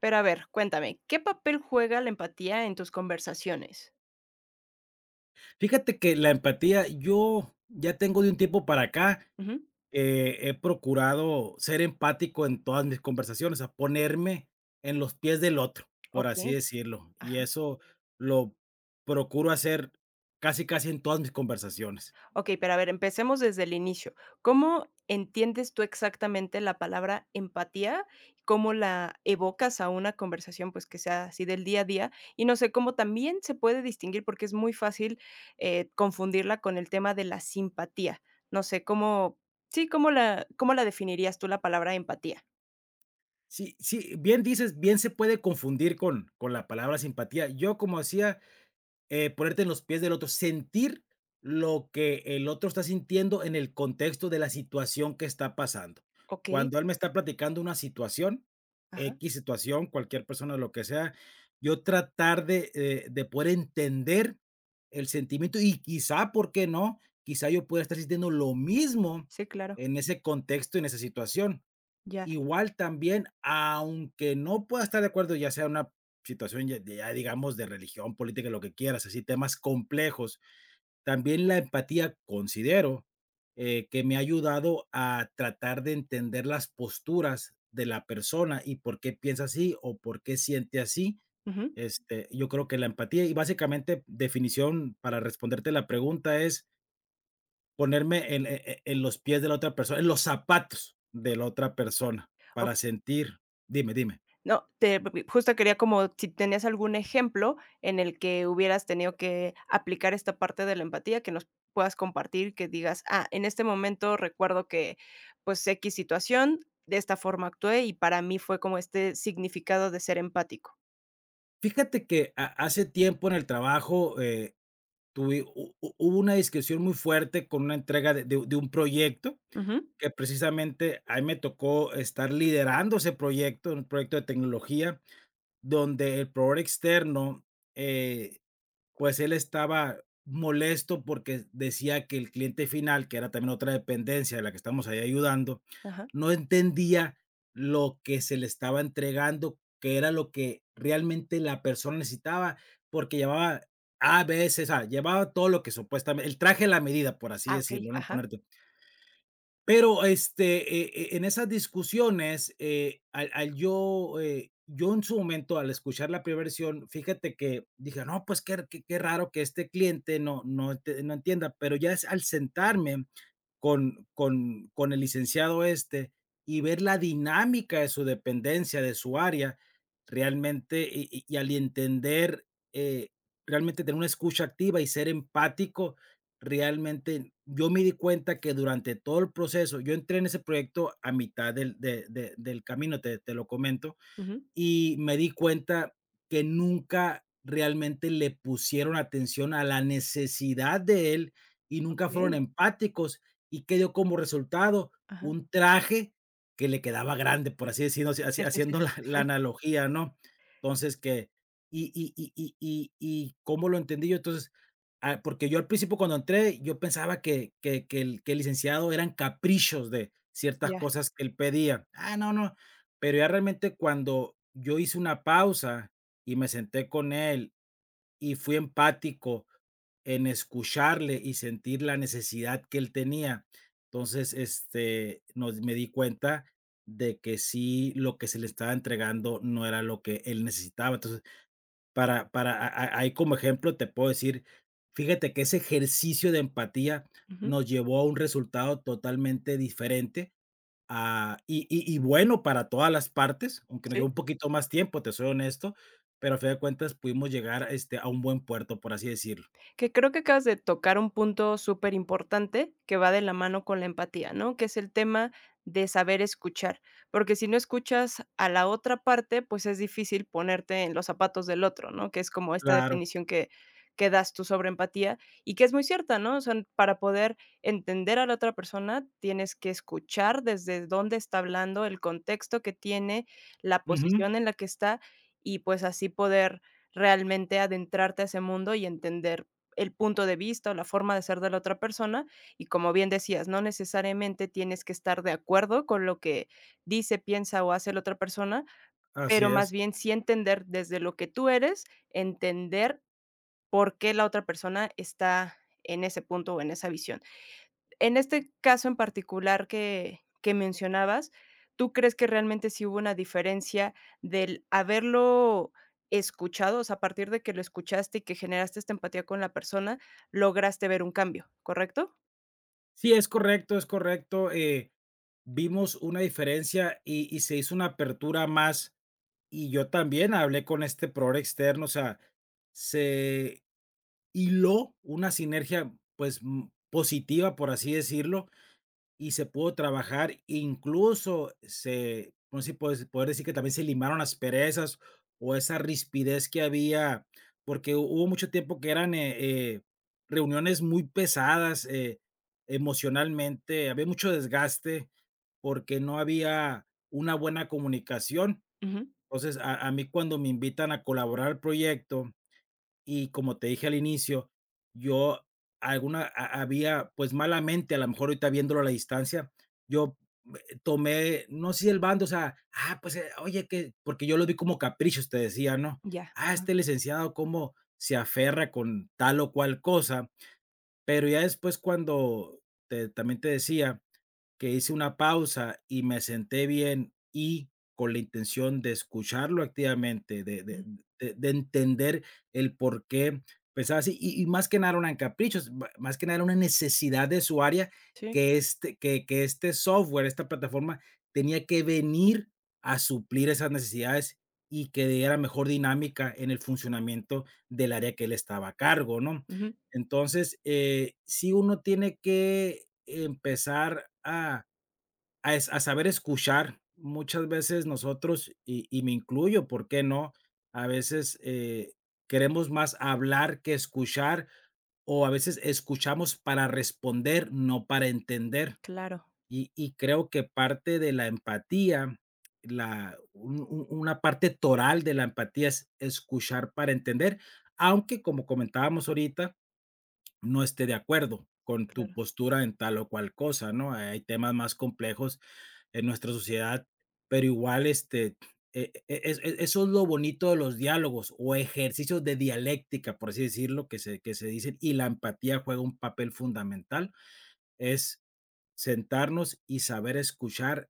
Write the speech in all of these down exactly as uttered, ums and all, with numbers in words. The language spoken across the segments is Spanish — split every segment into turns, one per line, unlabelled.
Pero a ver, cuéntame, ¿qué papel juega la empatía en tus conversaciones?
Fíjate que la empatía, yo ya tengo de un tiempo para acá,
Ujú.
eh, he procurado ser empático en todas mis conversaciones, a ponerme en los pies del otro, por así
Okey,
decirlo. Y
ajá.
eso lo procuro hacer casi, casi en todas mis conversaciones.
Okey, pero a ver, empecemos desde el inicio. ¿Cómo entiendes tú exactamente la palabra empatía? ¿Cómo la evocas a una conversación, pues, que sea así del día a día? Y no sé, cómo también se puede distinguir, porque es muy fácil, eh, confundirla con el tema de la simpatía. No sé, ¿cómo? Sí, ¿cómo la cómo la definirías tú la palabra empatía?
Sí, sí, bien dices, bien se puede confundir con, con la palabra simpatía. Yo como hacía. Eh, ponerte en los pies del otro, sentir lo que el otro está sintiendo en el contexto de la situación que está pasando.
Okey,
Cuando él me está platicando una situación,
ajá.
X situación, cualquier persona, lo que sea, yo tratar de, eh, de poder entender el sentimiento y quizá, ¿por qué no? Quizá yo pueda estar sintiendo lo mismo
Sí, claro,
en ese contexto, en esa situación.
ya.
Igual también, aunque no pueda estar de acuerdo, ya sea una situación ya, ya digamos de religión, política, lo que quieras, así temas complejos, también la empatía considero eh, que me ha ayudado a tratar de entender las posturas de la persona y por qué piensa así o por qué siente así.
Ujú.
Este, yo creo que la empatía y básicamente definición para responderte la pregunta es ponerme en e e- en los pies de la otra persona, en los zapatos de la otra persona para sentir. Dime, dime.
No, te justo quería como si tenías algún ejemplo en el que hubieras tenido que aplicar esta parte de la empatía que nos puedas compartir, que digas: "Ah, en este momento recuerdo que, pues, equis situación, de esta forma actué y para mí fue como este significado de ser empático".
Fíjate que ha hace tiempo en el trabajo, eh, tuvi hu hu hubo una discusión muy fuerte con una entrega de de de un proyecto
Ujú.
que precisamente a mí me tocó estar liderando ese proyecto, un proyecto de tecnología donde el proveedor externo, eh pues él estaba molesto porque decía que el cliente final, que era también otra dependencia de la que estamos ahí ayudando,
Ajá.
no entendía lo que se le estaba entregando, que era lo que realmente la persona necesitaba, porque llevaba a veces, o sea, llevaba todo lo que supuestamente, el traje a la medida, por así
Ah, okey.
decirlo, no
Ajá.
poner. Pero, este, eh, eh, en esas discusiones, eh, al al yo, eh, yo en su momento, al escuchar la primera versión, fíjate que dije: "No, pues qué qué qué raro que este cliente no no ente no entienda", pero ya es al sentarme con con con el licenciado este y ver la dinámica de su dependencia, de su área, realmente y y y al entender, eh, realmente tener una escucha activa y ser empático. Realmente, yo me di cuenta que durante todo el proceso yo entré en ese proyecto a mitad del de de del camino, te te lo comento,
Ujú.
y me di cuenta que nunca realmente le pusieron atención a la necesidad de él y nunca fueron
Okey.
empáticos. ¿Y qué dio como resultado?
Ajá.
Un traje que le quedaba grande, por así decirlo, haci- haci-
Sí, sí, sí.
haciendo la, la analogía, ¿no? Entonces, que, y, y, y, y, y, y cómo lo entendí yo, entonces, ah, porque yo al principio cuando entré, yo pensaba que, que, que el, que el licenciado eran caprichos de ciertas
Ya.
cosas que él pedía. Ah, no, no, pero ya realmente cuando yo hice una pausa y me senté con él y fui empático en escucharle y sentir la necesidad que él tenía, entonces, este, nos me di cuenta de que sí, lo que se le estaba entregando no era lo que él necesitaba. Entonces, para para a a ahí como ejemplo te puedo decir, fíjate que ese ejercicio de empatía
Ujú.
nos llevó a un resultado totalmente diferente. Ah, y y y bueno, para todas las partes, aunque nos llevó
Sí.
un poquito más tiempo, te soy honesto, pero a fin de cuentas pudimos llegar, este, a un buen puerto, por así decirlo.
Que creo que acabas de tocar un punto súper importante que va de la mano con la empatía, ¿no? Que es el tema de saber escuchar, porque si no escuchas a la otra parte, pues es difícil ponerte en los zapatos del otro, ¿no? Que es como esta
Claro,
definición que, que das tú sobre empatía y que es muy cierta, ¿no? O sea, para poder entender a la otra persona, tienes que escuchar desde dónde está hablando, el contexto que tiene, la
ujú,
posición en la que está y pues así poder realmente adentrarte a ese mundo y entender el punto de vista o la forma de ser de la otra persona. Y como bien decías, no necesariamente tienes que estar de acuerdo con lo que dice, piensa o hace la otra persona,
así
pero
es.
más bien sí entender desde lo que tú eres, entender por qué la otra persona está en ese punto o en esa visión. En este caso en particular que que mencionabas, ¿tú crees que realmente sí hubo una diferencia del haberlo escuchado? O sea, a partir de que lo escuchaste y que generaste esta empatía con la persona, lograste ver un cambio, ¿correcto?
Sí, es correcto, es correcto, eh, vimos una diferencia y y se hizo una apertura más, y yo también hablé con este proveedor externo, o sea, se hiló una sinergia, pues, mm, positiva, por así decirlo. Y se pudo trabajar, incluso se, no sé si puedes poder decir que también se limaron las perezas o esa rispidez que había. Porque hu- hubo mucho tiempo que eran, eh, eh, reuniones muy pesadas, eh, emocionalmente, había mucho desgaste porque no había una buena comunicación.
Ujú,
Entonces, a a mí cuando me invitan a colaborar al proyecto, y como te dije al inicio, yo alguna ha había, pues, malamente, a lo mejor ahorita viéndolo a la distancia, yo, eh, tomé, no sé si el bando, o sea, ah, pues, eh, oye, que porque yo lo vi como caprichos, te decía, ¿no?
ya.
Ah,
Ah,
este licenciado cómo se aferra con tal o cual cosa, pero ya después cuando te también te decía que hice una pausa y me senté bien y con la intención de escucharlo activamente, de de
ujú.
de de entender el por qué pensaba así, y y más que nada eran caprichos, ma más que nada era una necesidad de su área,
Sí,
que este que que este software, esta plataforma tenía que venir a suplir esas necesidades y que diera mejor dinámica en el funcionamiento del área que él estaba a cargo, ¿no?
ujú.
Entonces, eh, sí uno tiene que empezar a a es a saber escuchar. Muchas veces nosotros, y y me incluyo, ¿por qué no? A veces, eh, queremos más hablar que escuchar, o a veces escuchamos para responder, no para entender.
Claro,
Y y creo que parte de la empatía, la un un una parte toral de la empatía es escuchar para entender, aunque, como comentábamos ahorita, no esté de acuerdo con tu
claro.
postura en tal o cual cosa, ¿no? Hay temas más complejos en nuestra sociedad, pero igual, este, e- e- es- e- eso es lo bonito de los diálogos o ejercicios de dialéctica, por así decirlo, que se, que se dicen, y la empatía juega un papel fundamental, es sentarnos y saber escuchar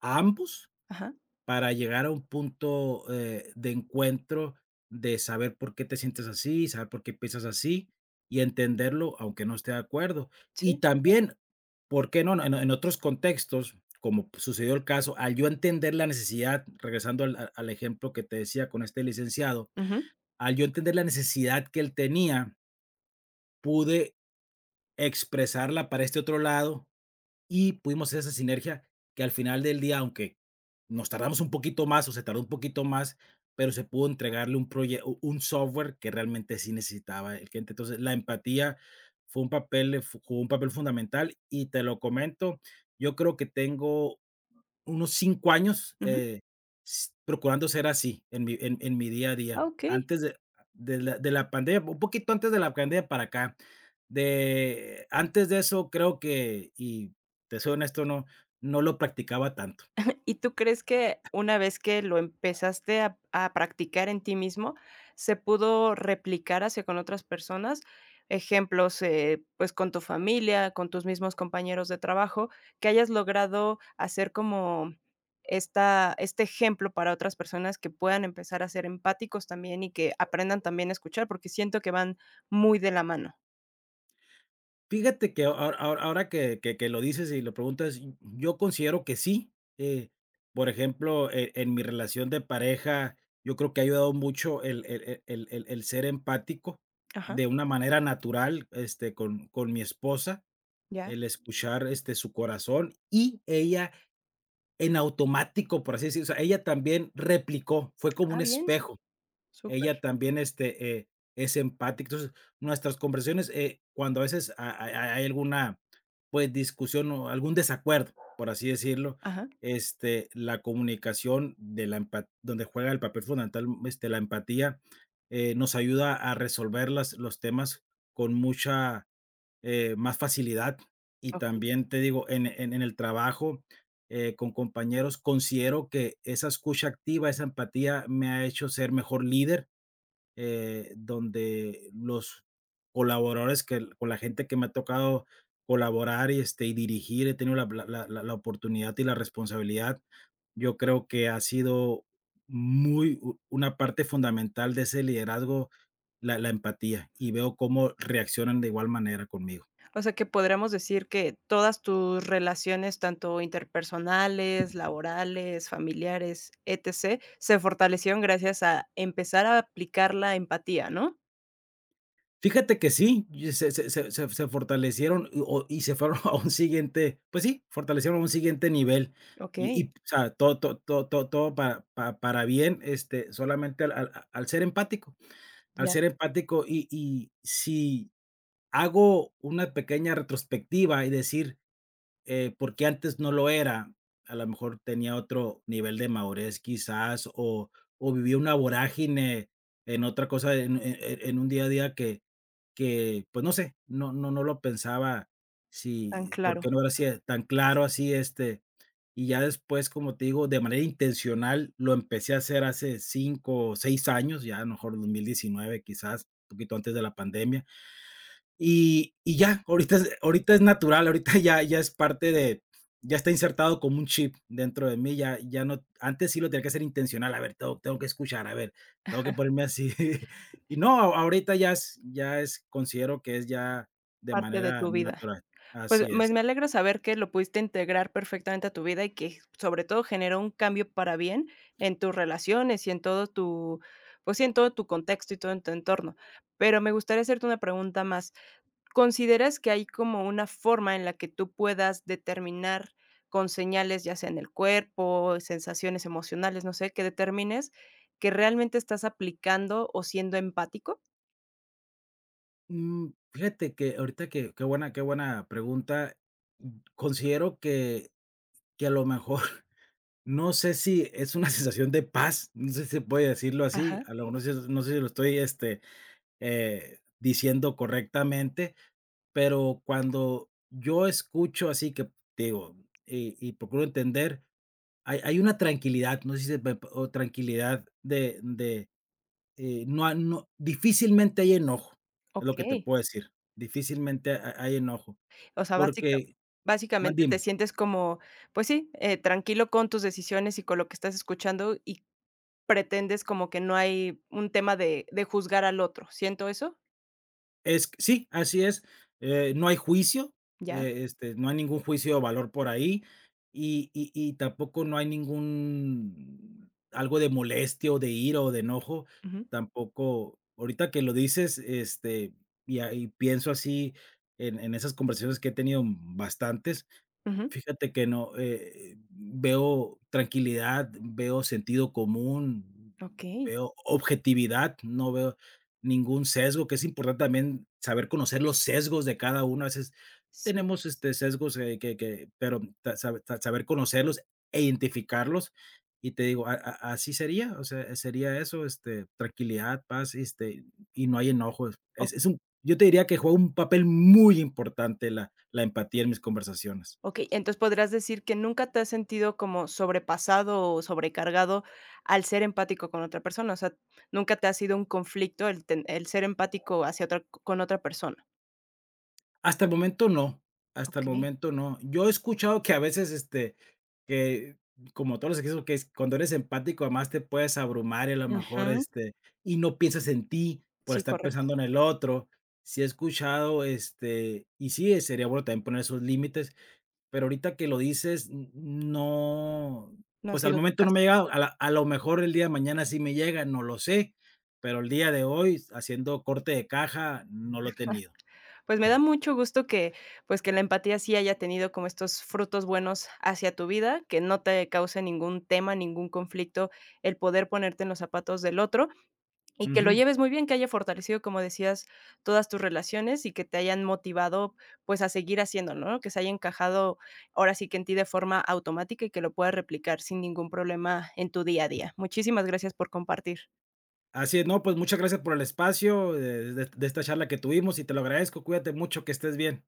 a ambos
Ajá.
para llegar a un punto, eh, de encuentro, de saber por qué te sientes así, saber por qué piensas así y entenderlo, aunque no esté de acuerdo.
Sí.
Y también, ¿por qué no? En en otros contextos, como sucedió el caso, al yo entender la necesidad, regresando al al al ejemplo que te decía con este licenciado,
Ujú,
al yo entender la necesidad que él tenía, pude expresarla para este otro lado y pudimos hacer esa sinergia que al final del día, aunque nos tardamos un poquito más o se tardó un poquito más, pero se pudo entregarle un proyecto, un software que realmente sí necesitaba el cliente. Entonces, la empatía fue un papel, eh, fu jugó un papel fundamental y te lo comento, yo creo que tengo unos cinco años,
ujú.
eh, s procurando ser así en mi en en mi día a día.
Ah, okey.
Antes de de la de la pandemia, un poquito antes de la pandemia para acá. De antes de eso, creo que, y te soy honesto, no no lo practicaba tanto.
¿Y tú crees que una vez que lo empezaste a a practicar en ti mismo, se pudo replicar hacia con otras personas? Ejemplos, eh, pues, con tu familia, con tus mismos compañeros de trabajo, que hayas logrado hacer como esta este ejemplo para otras personas que puedan empezar a ser empáticos también y que aprendan también a escuchar, porque siento que van muy de la mano.
Fíjate que ahora ahora ahora que que que lo dices y lo preguntas, y yo considero que sí. eh, por ejemplo, e en mi relación de pareja, yo creo que ha ayudado mucho el el el el el el ser empático
Ajá,
de una manera natural, este, con con mi esposa,
ya.
el escuchar, este, su corazón y ella en automático, por así decirlo, o sea, ella también replicó, fue como
Ah,
un
bien,
espejo,
súper.
ella también, este, eh, es empática. Entonces, nuestras conversaciones, eh, cuando a veces ha ha ha- hay alguna, pues, discusión o algún desacuerdo, por así decirlo,
Ajá,
este, la comunicación de la empa donde juega el papel fundamental, este, la empatía, eh, nos ayuda a resolver las los temas con mucha, eh, más facilidad. Y
okey.
también te digo, en en en el trabajo, eh, con compañeros, considero que esa escucha activa, esa empatía me ha hecho ser mejor líder, eh, donde los colaboradores que con la gente que me ha tocado colaborar y, este, y dirigir, he tenido la la la la la oportunidad y la responsabilidad. Yo creo que ha sido muy u una parte fundamental de ese liderazgo, la la empatía, y veo cómo reaccionan de igual manera conmigo.
O sea, que podríamos decir que todas tus relaciones, tanto interpersonales, laborales, familiares, etcétera, se fortalecieron gracias a empezar a aplicar la empatía, ¿no?
Fíjate que sí, y se se se se se fortalecieron, y o y se fueron a un siguiente, pues sí, fortalecieron a un siguiente nivel, y
Okey,
y, o sea, todo todo todo todo todo para pa para bien, este, solamente al al a- al ser empático, al
ya,
ser empático, y y si hago una pequeña retrospectiva y decir: eh, porque antes no lo era. A lo mejor tenía otro nivel de madurez quizás, o o vivía una vorágine en otra cosa, en e e en un día a día que que, pues, no sé, no no no lo pensaba
tan
si por qué
claro,
no era así, eh, tan claro así, este, y ya después, como te digo, de manera intencional lo empecé a hacer hace cinco, o 6 años, ya a lo mejor dos mil diecinueve quizás, un poquito antes de la pandemia. Y, y ya, ahorita es, ahorita es natural, ahorita ya, ya es parte de, ya está insertado como un chip dentro de mí, ya, ya no, antes sí lo tenía que hacer intencional, a ver, tengo, tengo que escuchar, a ver, tengo que ponerme así. Y no, a- ahorita ya es, ya es, considero que es ya de
parte de
manera
tu vida.
natural,
Pues,
así
pues,
es.
me alegra saber que lo pudiste integrar perfectamente a tu vida y que, sobre todo, generó un cambio para bien en tus relaciones y en todo tu, pues sí, en todo tu contexto y todo en tu entorno. Pero me gustaría hacerte una pregunta más. ¿Consideras que hay como una forma en la que tú puedas determinar con señales, ya sea en el cuerpo, sensaciones emocionales, no sé, que determines que realmente estás aplicando o siendo empático?
Mm, Fíjate que ahorita que, qué buena, qué buena pregunta. Considero que, que a lo mejor, no sé si es una sensación de paz, no sé si se puede decirlo así,
Ajá.
a lo mejor no sé no sé si lo estoy, este, eh, diciendo correctamente, pero cuando yo escucho así que te digo, y y procuro entender, hay hay una tranquilidad, no sé si se me o tranquilidad de de, eh, no ha no difícilmente hay enojo, es lo que te
Okey.
puedo decir, difícilmente ha hay enojo,
O sea, básica
porque más
básicamente te
dime.
sientes como, pues sí, eh, tranquilo con tus decisiones y con lo que estás escuchando, y pretendes como que no hay un tema de de juzgar al otro, ¿siento eso?
Es sí, así es, eh, no hay juicio,
¿Ya?
eh, este, no hay ningún juicio de valor por ahí, y y y tampoco no hay ningún algo de molestia, o de ira, o de enojo,
Ujú,
tampoco ahorita que lo dices, este, y ahí pienso así en en esas conversaciones que he tenido bastantes.
ujú.
Fíjate que no, eh, veo tranquilidad, veo sentido común,
Okey.
veo objetividad, no veo ningún sesgo, que es importante también saber conocer los sesgos de cada uno. A veces
Sí.
tenemos este sesgos, eh, que, que, pero ta- sabe- ta- saber conocerlos e identificarlos. Y te digo, a- a- así sería, o sea, sería eso, este, tranquilidad, paz, este, y no hay enojos. Es, es un, yo te diría que juega un papel muy importante la, la empatía en mis conversaciones.
Okey, entonces, ¿podrías decir que nunca te has sentido como sobrepasado o sobrecargado al ser empático con otra persona? O sea, ¿nunca te ha sido un conflicto el ten el ser empático hacia otra con otra persona?
Hasta el momento no, hasta el
Okey.
momento no. Yo he escuchado que a veces, este, que como todos los equipos, que es cuando eres empático, además te puedes abrumar y a lo mejor,
Ujú.
este, y no piensas en ti por
Sí,
estar
correcto.
pensando en el otro. Sí he escuchado, este, y sí, eh, sería bueno también poner esos límites, pero ahorita que lo dices, n no,
No ha
pues al
sido tu
momento no
caso.
me ha llegado, a la a lo mejor el día de mañana sí me llega, no lo sé, pero el día de hoy, haciendo corte de caja, no lo he tenido.
Pues, me da mucho gusto que, pues, que la empatía sí haya tenido como estos frutos buenos hacia tu vida, que no te cause ningún tema, ningún conflicto el poder ponerte en los zapatos del otro. Y que lo
Ujú.
lleves muy bien, que haya fortalecido, como decías, todas tus relaciones y que te hayan motivado, pues, a seguir haciéndolo, ¿no? Que se haya encajado ahora sí que en ti de forma automática y que lo puedas replicar sin ningún problema en tu día a día. Muchísimas gracias por compartir.
Así es. No, pues muchas gracias por el espacio de, de de esta charla que tuvimos y te lo agradezco. Cuídate mucho, que estés bien.